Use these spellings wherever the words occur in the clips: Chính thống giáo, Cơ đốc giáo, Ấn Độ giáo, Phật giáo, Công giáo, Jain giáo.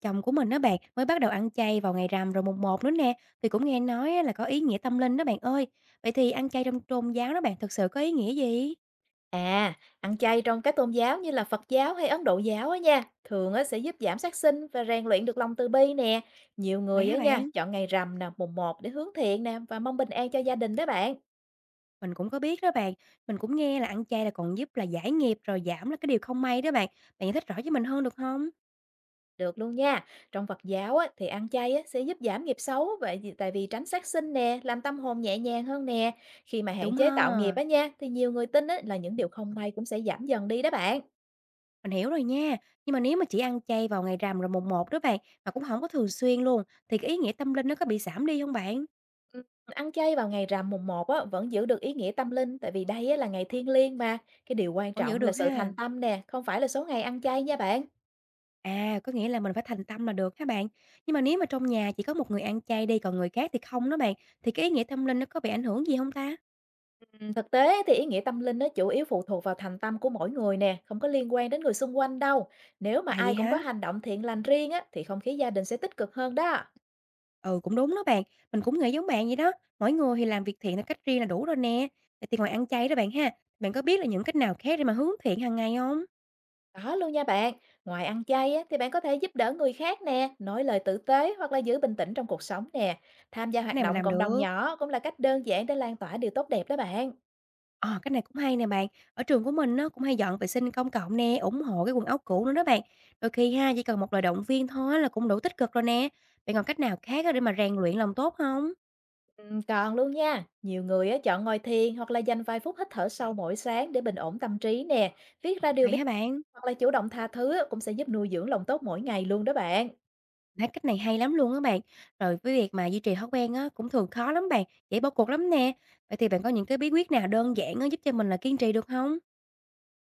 Chồng của mình á bạn, mới bắt đầu ăn chay vào ngày rằm rồi mùng một nữa nè, thì cũng nghe nói á là có ý nghĩa tâm linh đó bạn ơi. Vậy thì ăn chay trong tôn giáo đó bạn, thực sự có ý nghĩa gì? À, ăn chay trong các tôn giáo như là Phật giáo hay Ấn Độ giáo á nha, thường á sẽ giúp giảm sát sinh và rèn luyện được lòng từ bi nè. Nhiều Vậy người hả á nha, bạn? chọn ngày rằm nè, mùng một để hướng thiện nè và mong bình an cho gia đình đó bạn. Mình cũng có biết đó bạn, mình cũng nghe là ăn chay là còn giúp là giải nghiệp rồi giảm là cái điều không may đó bạn. Bạn giải thích rõ cho mình hơn được không? Được luôn nha. Trong Phật giáo á thì ăn chay á sẽ giúp giảm nghiệp xấu tại vì tránh sát sinh nè, làm tâm hồn nhẹ nhàng hơn nè. Khi mà hạn Đúng chế tạo nghiệp ha, á nha thì nhiều người tin á là những điều không may cũng sẽ giảm dần đi đó bạn. mình hiểu rồi nha. Nhưng mà nếu mà chỉ ăn chay vào ngày rằm rồi mùng một đó bạn, mà cũng không có thường xuyên luôn, thì cái ý nghĩa tâm linh nó có bị giảm đi không bạn? Ăn chay vào ngày rằm mùng một á, vẫn giữ được ý nghĩa tâm linh, tại vì đây á là ngày thiêng liêng mà. Cái điều quan Vẫn giữ trọng là được sự thành ha. tâm nè, không phải là số ngày ăn chay nha bạn. À, có nghĩa là mình phải thành tâm là được hả bạn? Nhưng mà nếu mà trong nhà chỉ có một người ăn chay đi còn người khác thì không đó bạn, thì cái ý nghĩa tâm linh nó có bị ảnh hưởng gì không ta? Thực tế thì ý nghĩa tâm linh nó chủ yếu phụ thuộc vào thành tâm của mỗi người nè, không có liên quan đến người xung quanh đâu. Nếu mà À, ai vậy cũng có hả? hành động thiện lành riêng á, thì không khí gia đình sẽ tích cực hơn đó. Ừ, cũng đúng đó bạn, mình cũng nghĩ giống bạn vậy đó, mỗi người thì làm việc thiện theo cách riêng là đủ rồi nè. Vậy thì ngoài ăn chay đó bạn ha, bạn có biết là những cách nào khác để mà hướng thiện hàng ngày không? Đó luôn nha bạn. Ngoài ăn chay á, thì bạn có thể giúp đỡ người khác nè, nói lời tử tế hoặc là giữ bình tĩnh trong cuộc sống nè. Tham gia Cái hoạt này mình động làm cộng đồng được. nhỏ cũng là cách đơn giản để lan tỏa điều tốt đẹp đó bạn. Ờ, cái này cũng hay nè bạn, ở trường của mình nó cũng hay dọn vệ sinh công cộng nè, ủng hộ cái quần áo cũ nữa đó bạn. Đôi khi ha, chỉ cần một lời động viên thôi á là cũng đủ tích cực rồi nè. Bạn còn cách nào khác á để mà rèn luyện lòng tốt không? Còn luôn nha, nhiều người á, chọn ngồi thiền hoặc là dành vài phút hít thở sâu mỗi sáng để bình ổn tâm trí nè. Viết ra điều Vậy biết hả bạn? hoặc là chủ động tha thứ á, cũng sẽ giúp nuôi dưỡng lòng tốt mỗi ngày luôn đó bạn. Thấy cách này hay lắm luôn á bạn. Rồi với việc mà duy trì thói quen á cũng thường khó lắm bạn, dễ bỏ cuộc lắm nè. Vậy thì bạn có những cái bí quyết nào đơn giản á giúp cho mình là kiên trì được không?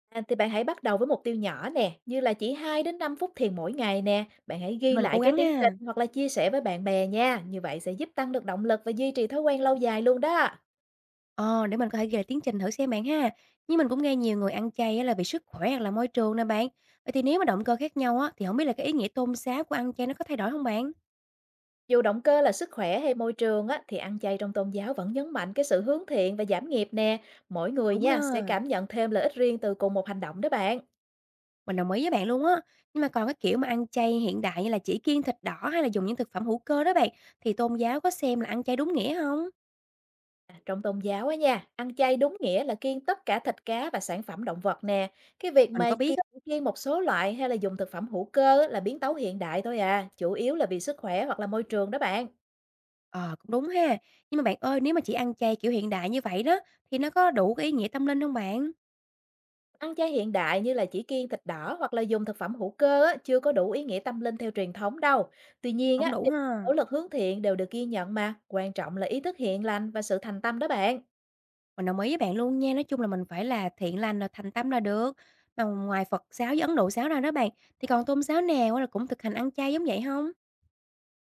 À, thì bạn hãy bắt đầu với mục tiêu nhỏ nè, như là chỉ 2 đến 5 phút thiền mỗi ngày nè. Bạn hãy Để ghi mình lại cố cái gắng tiến ha. trình hoặc là chia sẻ với bạn bè nha. Như vậy sẽ giúp tăng được động lực và duy trì thói quen lâu dài luôn đó. Ờ, để mình có thể ghi lại tiến trình thử xem bạn ha. Nhưng mình cũng nghe nhiều người ăn chay á là vì sức khỏe hoặc là môi trường nè bạn. Vậy thì nếu mà động cơ khác nhau á thì không biết là cái ý nghĩa tôn giáo của ăn chay nó có thay đổi không bạn? Dù động cơ là sức khỏe hay môi trường á, thì ăn chay trong tôn giáo vẫn nhấn mạnh cái sự hướng thiện và giảm nghiệp nè. Mỗi người Đúng nha sẽ ha. cảm nhận thêm lợi ích riêng từ cùng một hành động đó bạn. Mình đồng ý với bạn luôn á. Nhưng mà còn cái kiểu mà ăn chay hiện đại như là chỉ kiêng thịt đỏ hay là dùng những thực phẩm hữu cơ đó bạn, thì tôn giáo có xem là ăn chay đúng nghĩa không? À, trong tôn giáo á nha, ăn chay đúng nghĩa là kiêng tất cả thịt cá và sản phẩm động vật nè. Cái việc Mình mà có kiêng biết á. kiêng một số loại hay là dùng thực phẩm hữu cơ á, là biến tấu hiện đại thôi à, chủ yếu là vì sức khỏe hoặc là môi trường đó bạn. Ờ, cũng đúng ha. Nhưng mà bạn ơi, nếu mà chỉ ăn chay kiểu hiện đại như vậy đó, thì nó có đủ cái ý nghĩa tâm linh không bạn? Ăn chay hiện đại như là chỉ kiêng thịt đỏ hoặc là dùng thực phẩm hữu cơ á, chưa có đủ ý nghĩa tâm linh theo truyền thống đâu. Tuy nhiên Hổng á, đủ thì ha. nỗ lực hướng thiện đều được ghi nhận mà. Quan trọng là ý thức hiền lành và sự thành tâm đó bạn. Mình đồng ý với bạn luôn nha, nói chung là mình phải là thiện lành là thành tâm là được. Mà ngoài Phật giáo với Ấn Độ giáo ra đó bạn, thì còn tôn giáo nào á là cũng thực hành ăn chay giống vậy không?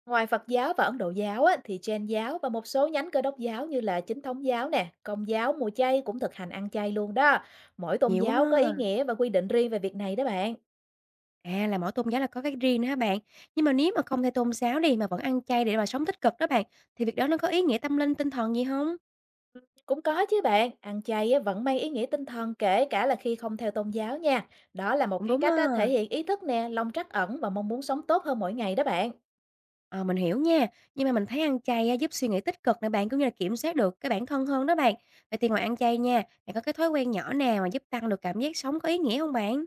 Ngoài Phật giáo và Ấn Độ giáo á, thì Jain giáo và một số nhánh Cơ đốc giáo như là Chính thống giáo nè, Công giáo, Mùa chay cũng thực hành ăn chay luôn đó. Mỗi tôn Nhiều quá giáo có ý ha. nghĩa và quy định riêng về việc này đó bạn. À, là mỗi tôn giáo là có cái riêng nữa hả bạn? Nhưng mà nếu mà không theo tôn giáo đi, mà vẫn ăn chay để mà sống tích cực đó bạn, thì việc đó nó có ý nghĩa tâm linh, tinh thần gì không? Cũng có chứ bạn, ăn chay á, vẫn mang ý nghĩa tinh thần kể cả là khi không theo tôn giáo nha. Đó là một Cũng cái đúng cách á, thể ha. hiện ý thức nè, lòng trắc ẩn và mong muốn sống tốt hơn mỗi ngày đó bạn. Ờ, mình hiểu nha, nhưng mà mình thấy ăn chay á, giúp suy nghĩ tích cực nè bạn, cũng như là kiểm soát được cái bản thân hơn đó bạn. Vậy thì ngoài ăn chay nha, bạn có cái thói quen nhỏ nào mà giúp tăng được cảm giác sống có ý nghĩa không bạn?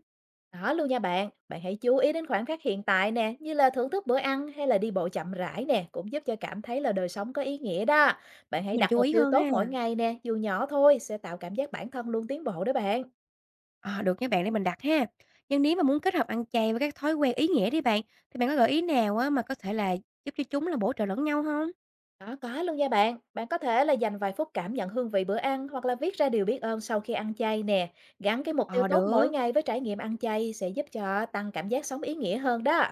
Đó luôn nha bạn, bạn hãy chú ý đến khoảnh khắc hiện tại nè, như là thưởng thức bữa ăn hay là đi bộ chậm rãi nè, cũng giúp cho cảm thấy là đời sống có ý nghĩa đó. Bạn hãy Mình đặt chú mục ý tiêu hơn tốt mỗi ha. ngày nè, dù nhỏ thôi, sẽ tạo cảm giác bản thân luôn tiến bộ đó bạn. Ờ, được nha bạn, để mình đặt ha. Nhưng nếu mà muốn kết hợp ăn chay với các thói quen ý nghĩa đi bạn, thì bạn có gợi ý nào á, mà có thể là giúp cho chúng là bổ trợ lẫn nhau không? Đó, có luôn nha bạn. Bạn có thể là dành vài phút cảm nhận hương vị bữa ăn hoặc là viết ra điều biết ơn sau khi ăn chay nè. Gắn cái mục tiêu Ờ, tốt mỗi được. ngày với trải nghiệm ăn chay sẽ giúp cho tăng cảm giác sống ý nghĩa hơn đó.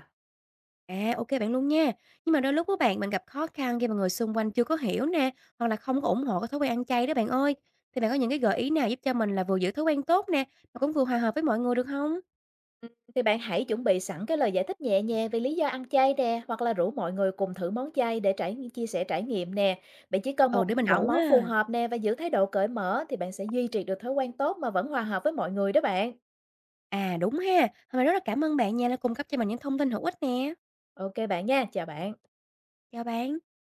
À, ok bạn luôn nha. Nhưng mà đôi lúc á bạn, mình gặp khó khăn khi mà người xung quanh chưa có hiểu nè, hoặc là không có ủng hộ cái thói quen ăn chay đó bạn ơi. Thì bạn có những cái gợi ý nào giúp cho mình là vừa giữ thói quen tốt nè, mà cũng vừa hòa hợp với mọi người được không? Ừ, thì bạn hãy chuẩn bị sẵn cái lời giải thích nhẹ nhàng về lý do ăn chay nè, hoặc là rủ mọi người cùng thử món chay để chia sẻ trải nghiệm nè. Bạn chỉ cần Ừ, một để mình chọn rủ món phù ha. hợp nè và giữ thái độ cởi mở thì bạn sẽ duy trì được thói quen tốt mà vẫn hòa hợp với mọi người đó bạn. À, đúng ha. Hôm nay rất là cảm ơn bạn nha đã cung cấp cho mình những thông tin hữu ích nè. Ok bạn nha, chào bạn. Chào bạn.